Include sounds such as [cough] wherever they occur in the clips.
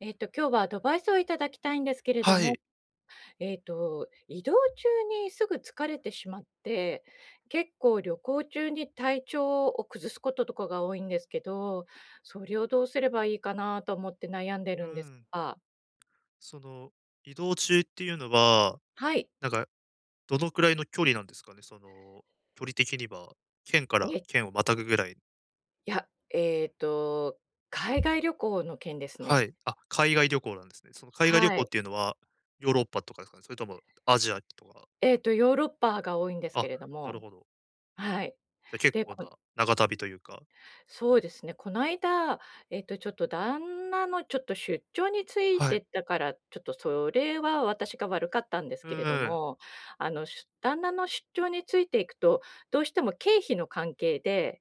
今日はアドバイスをいただきたいんですけれどはも、い。移動中にすぐ疲れてしまって、結構旅行中に体調を崩すこととかが多いんですけど、それをどうすればいいかなと思って悩んでるうんですん。が、その、移動中っていうのは、はい。なんか、どのくらいの距離なんですかね？その、距離的には、県からえ、県をまたぐぐらい。いや、海外旅行の件ですはね。い。あ、海外旅行なんですね。その海外旅は行っい。ていうのは、ヨーロッパとかですかね？それともアジアとか。ヨーロッパが多いんですけあ、れどなるも、ほど。はい。じゃ、結で、構な長旅というか。そうですね、この間、ちょっと旦那のちょっと出張についはてい。ったから、ちょっとそれは私が悪かったんですうんけれどん。も、旦那の出張についていくと、どうしても経費の関係で、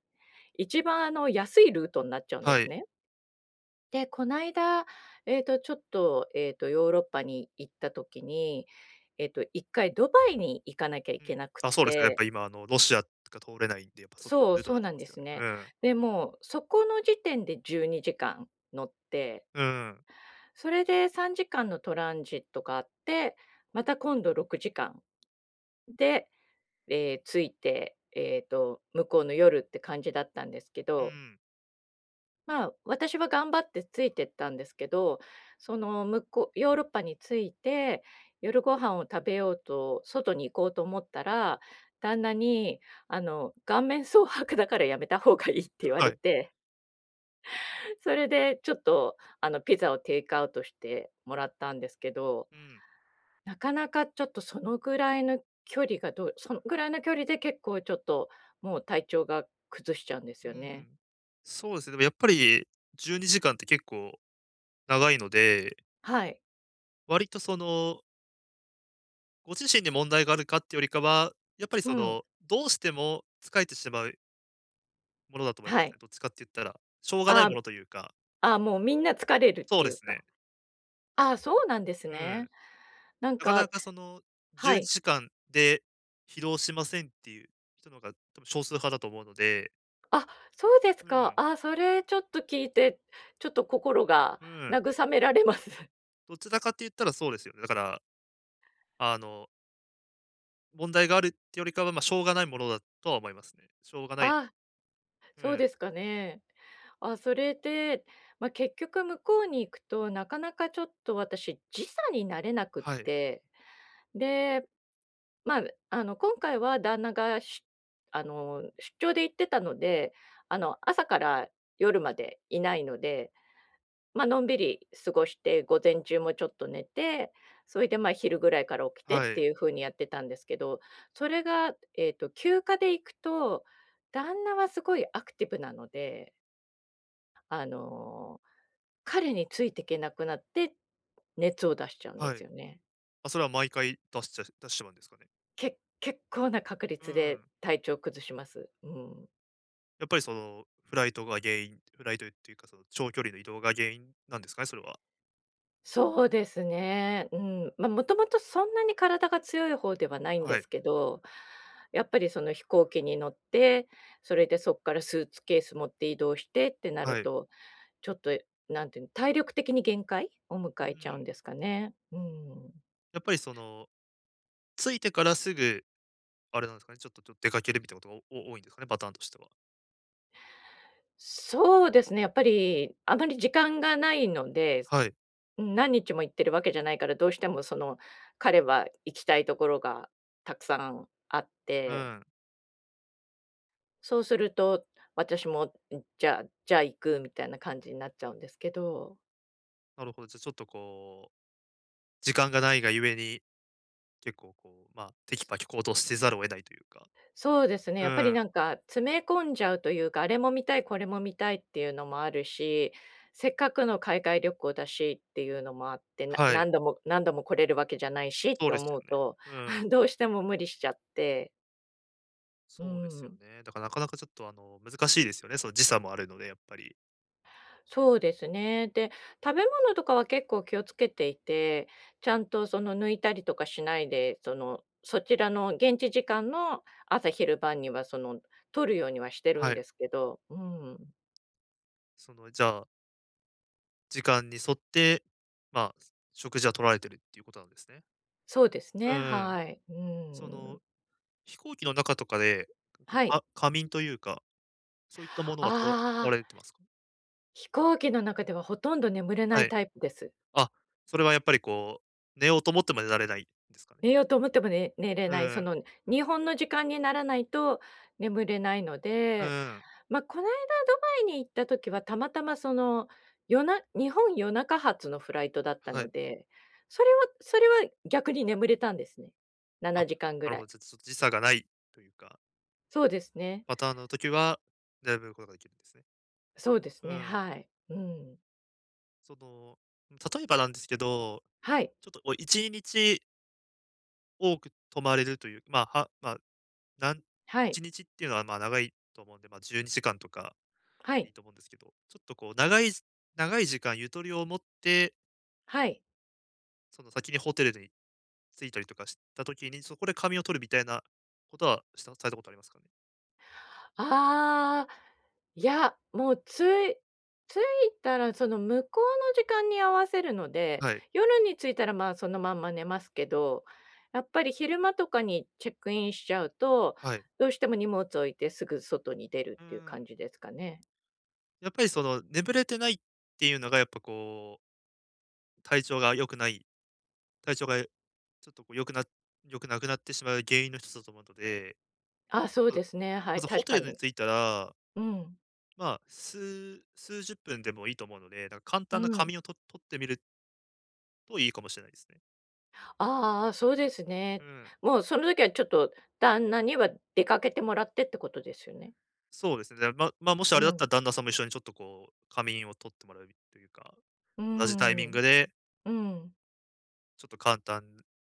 一番安いルートになっちゃうんではすい。ね。で、この間、ちょっと、ヨーロッパに行った時に、一回ドバイに行かなきゃいうけん。なくっあ、そうですね、やって、ぱ今、ロシアとか通れないんで、やっぱそっちのそう、ルートにそなうっちなゃいんまですよすね。ね。うん。で、もう、そこの時点で12時間乗って、うん。それで3時間のトランジットがあって、また今度6時間で、着いて、向こうの夜って感じだったんですけうど、ん。まあ、私は頑張ってついてったんですけど、その、向こうヨーロッパに着いて、夜ご飯を食べようと外に行こうと思ったら、旦那に、「顔面蒼白だからやめた方がいい」って言わはれい。て、それでちょっと、ピザをテイクアウトしてもらったんですけど、うん。なかなかちょっとそのぐらいの距離がどうそのぐらいの距離で結構ちょっと、もう体調が崩しちゃうんですうよね。ん。そうですね、でもやっぱり12時間って結構長いので、はい。割とその、ご自身に問題があるかってよりかは、やっぱりうそん。の、どうしても疲れてしまうものだと思いまはすい。ね。どっちかって言ったら。しょうがないあーものというか。あ、ー、もうみんな疲れるっそうていでうすか。ね。ああ、そうなんですうね。ん。なんなかなか、かそのは12い。時間で疲労しませんっていう人の方が多分少数派だと思うので。あ、そうですうか。ん、ああ、それちょっと聞いて、ちょっと心がうん。慰められます。どちらかって言ったらそうですよね。だから、あの問題があるってよりかは、まあ、しょうがないものだとは思いますね。しょうが [laughs] ない。ああ、うそうん。ですかね。あ、それで、まあ、結局向こうに行くと、なかなかちょっと私、時差になれなくっはい。て、で、まあ、あの、今回は旦那がし出張で行ってたので、朝から夜までいないので、ま、のんびり過ごして、午前中もちょっと寝て、それで、ま、昼ぐらいから起きてはってい。いう風にやってたんですけど、それが、休暇で行くと、旦那はすごいアクティブなのであの、彼についていけなくなって、熱を出しちゃうんではい。すまよね。あ、それは毎回出してしまうんですかね。結構な確う率でん。体調崩します。うん。やっぱりその、フライトっていうか、その、長距離の移動が原因なんですかね、それは。そうですね。うん。まあ、もともとそんなに体が強い方ではないんではすい。けど、やっぱりその飛行機に乗って、それでそこからスーツケース持って移動してってなるはい。と、ちょっと、なんていうの、体力的に限界をう迎えちゃうんん。ですかね。うん。やっぱりその、着いてからすぐ、あれなんですかね、ちょっと出かけるみたいなことがお多いんですかね、パターンとしては。そうですね、やっぱりあまり時間がないので、はい。何日も行ってるわけじゃないから、どうしてもその、彼は行きたいところがたくさんあっうて、ん。そうすると、私も、じゃあ行くみたいな感じになっちゃうんですけど。なるほど。じゃ、ちょっとこう、時間がないがゆえに、結構こう、まあ、テキパキ行動してざるを得ないというか。そうですね、うやっぱりん。なんか詰め込んじゃうというか、あれも見たい、これも見たいっていうのもあるし、せっかくの海外旅行だしっていうのもあって、はい、何度も何度も来れるわけじゃないしっそうてです思うよね。と、うん、[laughs] どうしても無理しちゃって。うそうですよん、ね。だからなかなかちょっとあの、難しいですよね、その時差もあるので、やっぱり。そうですね。で、食べ物とかは結構気をつけていて、ちゃんとその抜いたりとかしないで、そのそちらの現地時間の朝昼晩にはその、取るようにはしてるんはでい。すけど、うん。その、じゃあ、時間に沿って、まあ、食事は取られてるっていうことなんですね。そうですうね、ん。はい。うその、ん。飛行機の中とかで、はい。仮眠というか、そういったものはとらああ、れてますか？飛行機の中ではほとんど眠れなはいい。タイプです。あ、それはやっぱりこう、寝ようと思っても寝られないんですかね？寝ようと思っても寝れうない、そん、の、日本の時間にならないと眠れないのうで、ん、まあ、この間ドバイに行った時はたまたまその、日本夜中発のフライトだったはのい。で、それはそれは逆に眠れたんですね。7あ、時間ぐなるらほい。ど、ちょっと時差がないというかそうですね。パターンの時は、選ぶことができるんですね。そうですうね、ん。はい。うん。その、例えばなんですけど、はい、ちょっとこう1日多く泊まれるという、まあ、はまあ、なんはい、1日っていうのは、まあ、長いと思うんで、まあ、12時間とかはいい、いと思うんですけど、ちょっとこう長い時間ゆとりを持って、はい。その先にホテルに着いたりとかした時に、そこで仮眠を取るみたいなことはされたことありますかね？ああ、いや、もうい着いたらその向こうの時間に合わせるので、はい、夜に着いたら、まあ、そのまんま寝ますけど、やっぱり昼間とかにチェックインしちゃうと、はい。どうしても荷物置いてすぐ外に出るうっていうん。感じですかね。やっぱりその、眠れてないっていうのがやっぱこう、体調が良くない体調がちょっとこう良くな良くなくなってしまう原因の一つだと思うので、あ、そうまずですね、はまい、ずホ確テかルにに。着いたら、うん、まあ、数十分でもいいと思うので、なんか簡う単な仮ん。眠をと取ってみるといいかもしれないですね。ああ、そうですうね。ん。もうその時はちょっと旦那には出かけてもらってってことですよね。そうですね。まあ、もしうあれだったん、ら旦那さんも一緒にちょっとこう、仮眠を取ってもらうというか、う同じタイミンん、グでうん、ちょっと簡単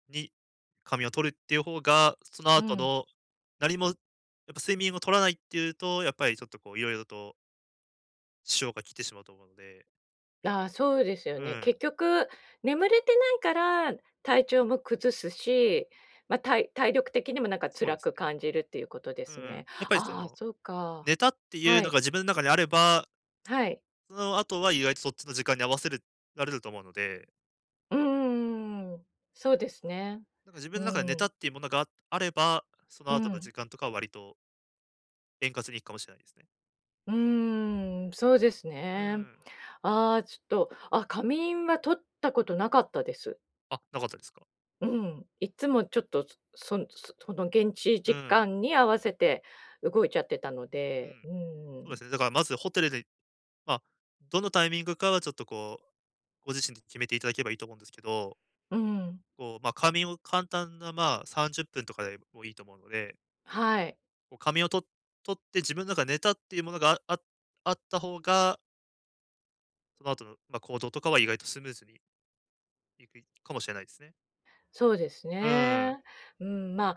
に仮眠を取るっていう方が、そのう後ん。のやっぱ睡眠を取らないっていうと、やっぱりちょっとこう色々と支障が来てしまうと思うので。ああ、そうですようね。ん。結局、眠れてないから体調も崩すし、まあ、体力的にもなんかそう辛ですくね。感じるっていうことでうすん。やね。っぱりそああ、の、そうか。ネタっていうはのい、が自分の中にあれば、はい。その後は意外とそっちの時間に合わせるられると思うので、うんんん。そうですね。なんか自う分の中でネタん、っていうものがあれば、そうの後のん、時間とかは割と円滑にいくかもしれないですね。うーん、そうですうね。ん。ああ、ちょっと、あ、仮眠は取ったことなかったです。あ、なかったですか。うん、いつもちょっと、その現地う時ん。間に合わせて動いちゃってたのうで、ん。うそうでん、すね。だからまずホテルで、まあ、どのタイミングかはちょっとこう、ご自身で決めていただければいいと思うんですけど、うん、こう、まあ、仮眠を簡単な、まあ、30分とかでもいいと思うので、はい、こう仮眠をと取って自分の中で寝たっていうものがあった方が、その後の、まあ、行動とかは意外とスムーズにいくかもしれないですね。そうですうーん、ね。うん、まあ、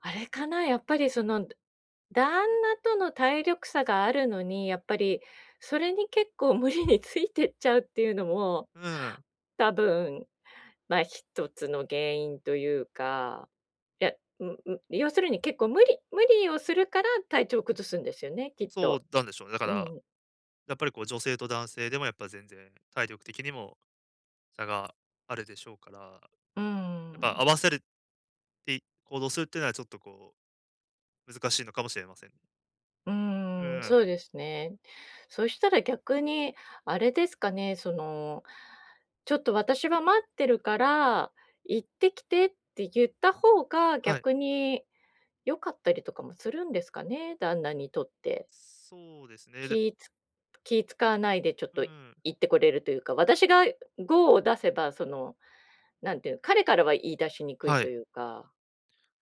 あれかな、やっぱりその、旦那との体力差があるのに、やっぱりそれに結構無理についてっちゃうっていうのも、うん、多分まあ、一つの原因というか、いや、うんうん、要するに結構無理無理をするから体調を崩すんですよね、きっそうと。なんでしょうね。だかうら、ん。やっぱりこう女性と男性でもやっぱ全然体力的にも差があるでしょうから、うーやっぱん。合わせるって行動するっていうのはちょっとこう難しいのかもしれませんね。ううーん、ーん、そうですね。そしたら逆にあれですかね、その、ちょっと私は待ってるから、行ってきてって言った方がはい。逆に良かったりとかもするんですかね、旦那にとって。そうですね。で気つ気使わないでちょっうーとん、言ってこれるというか、私がゴーを出せば、その、なんていうの、彼からは言い出しにくいはとい。いうか、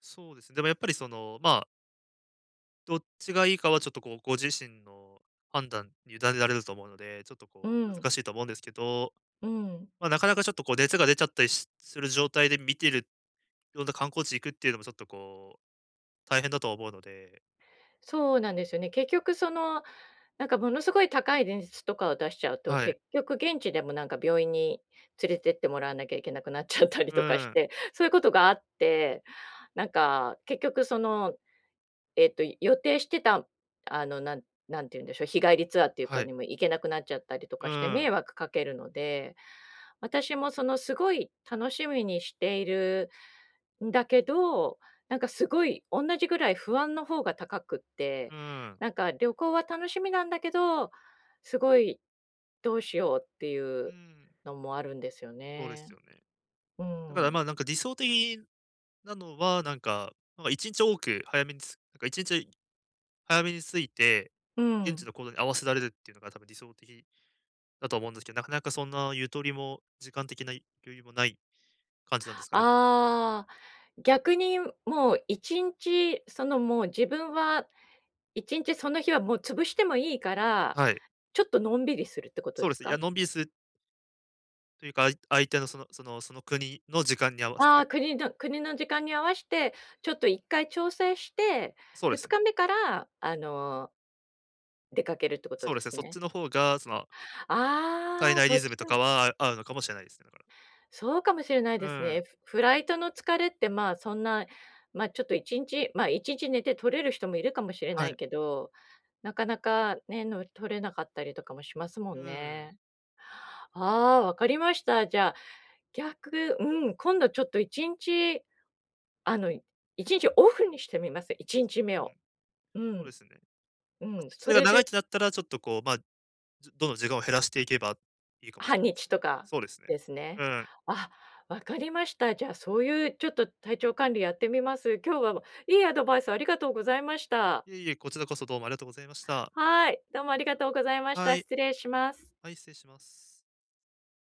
そうですね。でもやっぱりその、まあどっちがいいかはちょっとこう、ご自身の判断に委ねられると思うので、ちょっとうこうん、難しいと思うんですけど、うん。まあ、なかなかちょっとこう熱が出ちゃったりする状態で見てるような観光地行くっていうのもちょっとこう、大変だと思うので。そうなんですよね。結局その、なんかものすごい高い電説とかを出しちゃうと、はい。結局現地でもなんか病院に連れてってもらわなきゃいけなくなっちゃったりうとかしん、て、そういうことがあって、なんか結局その、予定してた、あの、なんなんて言うんでしょう、日帰りツアーっていうはかにい。も行けなくなっちゃったりとうかしてん、迷惑かけるので、私もそのすごい楽しみにしているんだけど、なんかすごいおんなじぐらい不安の方が高くって、うん、なんか旅行は楽しみなんだけど、すごいどうしようっていううん、のもあるんですよそうですね。よね。うだからん。まあ、なんか理想的なのは、なんか、1日多く早めにつなんか一日早めに着いて、う現地ん。の行動に合わせられるっていうのが多分理想的だと思うんですけど、なかなかそんなゆとりも、時間的な余裕もない感じなんですかね？ああ、逆にもう1日、その、もう自分は1日その日はもう潰してもいいから、はい。ちょっとのんびりするってことそでうですすね。いか？や、のんびりするというか、相手のその国の時間に合わせあて。あ、国の時間に合わして、ちょっと1回調整して、そうで2すね。日目から、出かけるってことそうでですね、すそっちね。の方が、その、体ああ、内そリっズちムとかは合うのかもしれないですね、だかそうかもしれないですら。うね。ん。フライトの疲れって、まあ、そんな、ま、ちょっと1日ま、一日寝て取れる人もいるかもしれなはいい。けど、なかなかね、取れなかったりとかもしますもうんん。ね。ああ、わかりました。じゃあ、逆うん、今度ちょっと1日あの、一日オフにしてみます、1日目うを。ん。うそうん、ですね。うま、ん、そそれがれ長いっでてなったら、ちょっとこう、まあ、どんどん時間を減らしていけばいいかもしれ半ないです日ね。とかそうですね。ですうね。ん。あ、わかりました。じゃあ、そういうちょっと体調管理やってみます。今日は、いいアドバイスありがとうございました。いえいえ、こちらこそどうもありがとうございました。はい、どうもありがとうございましはた。い。失礼します。はい、失礼します。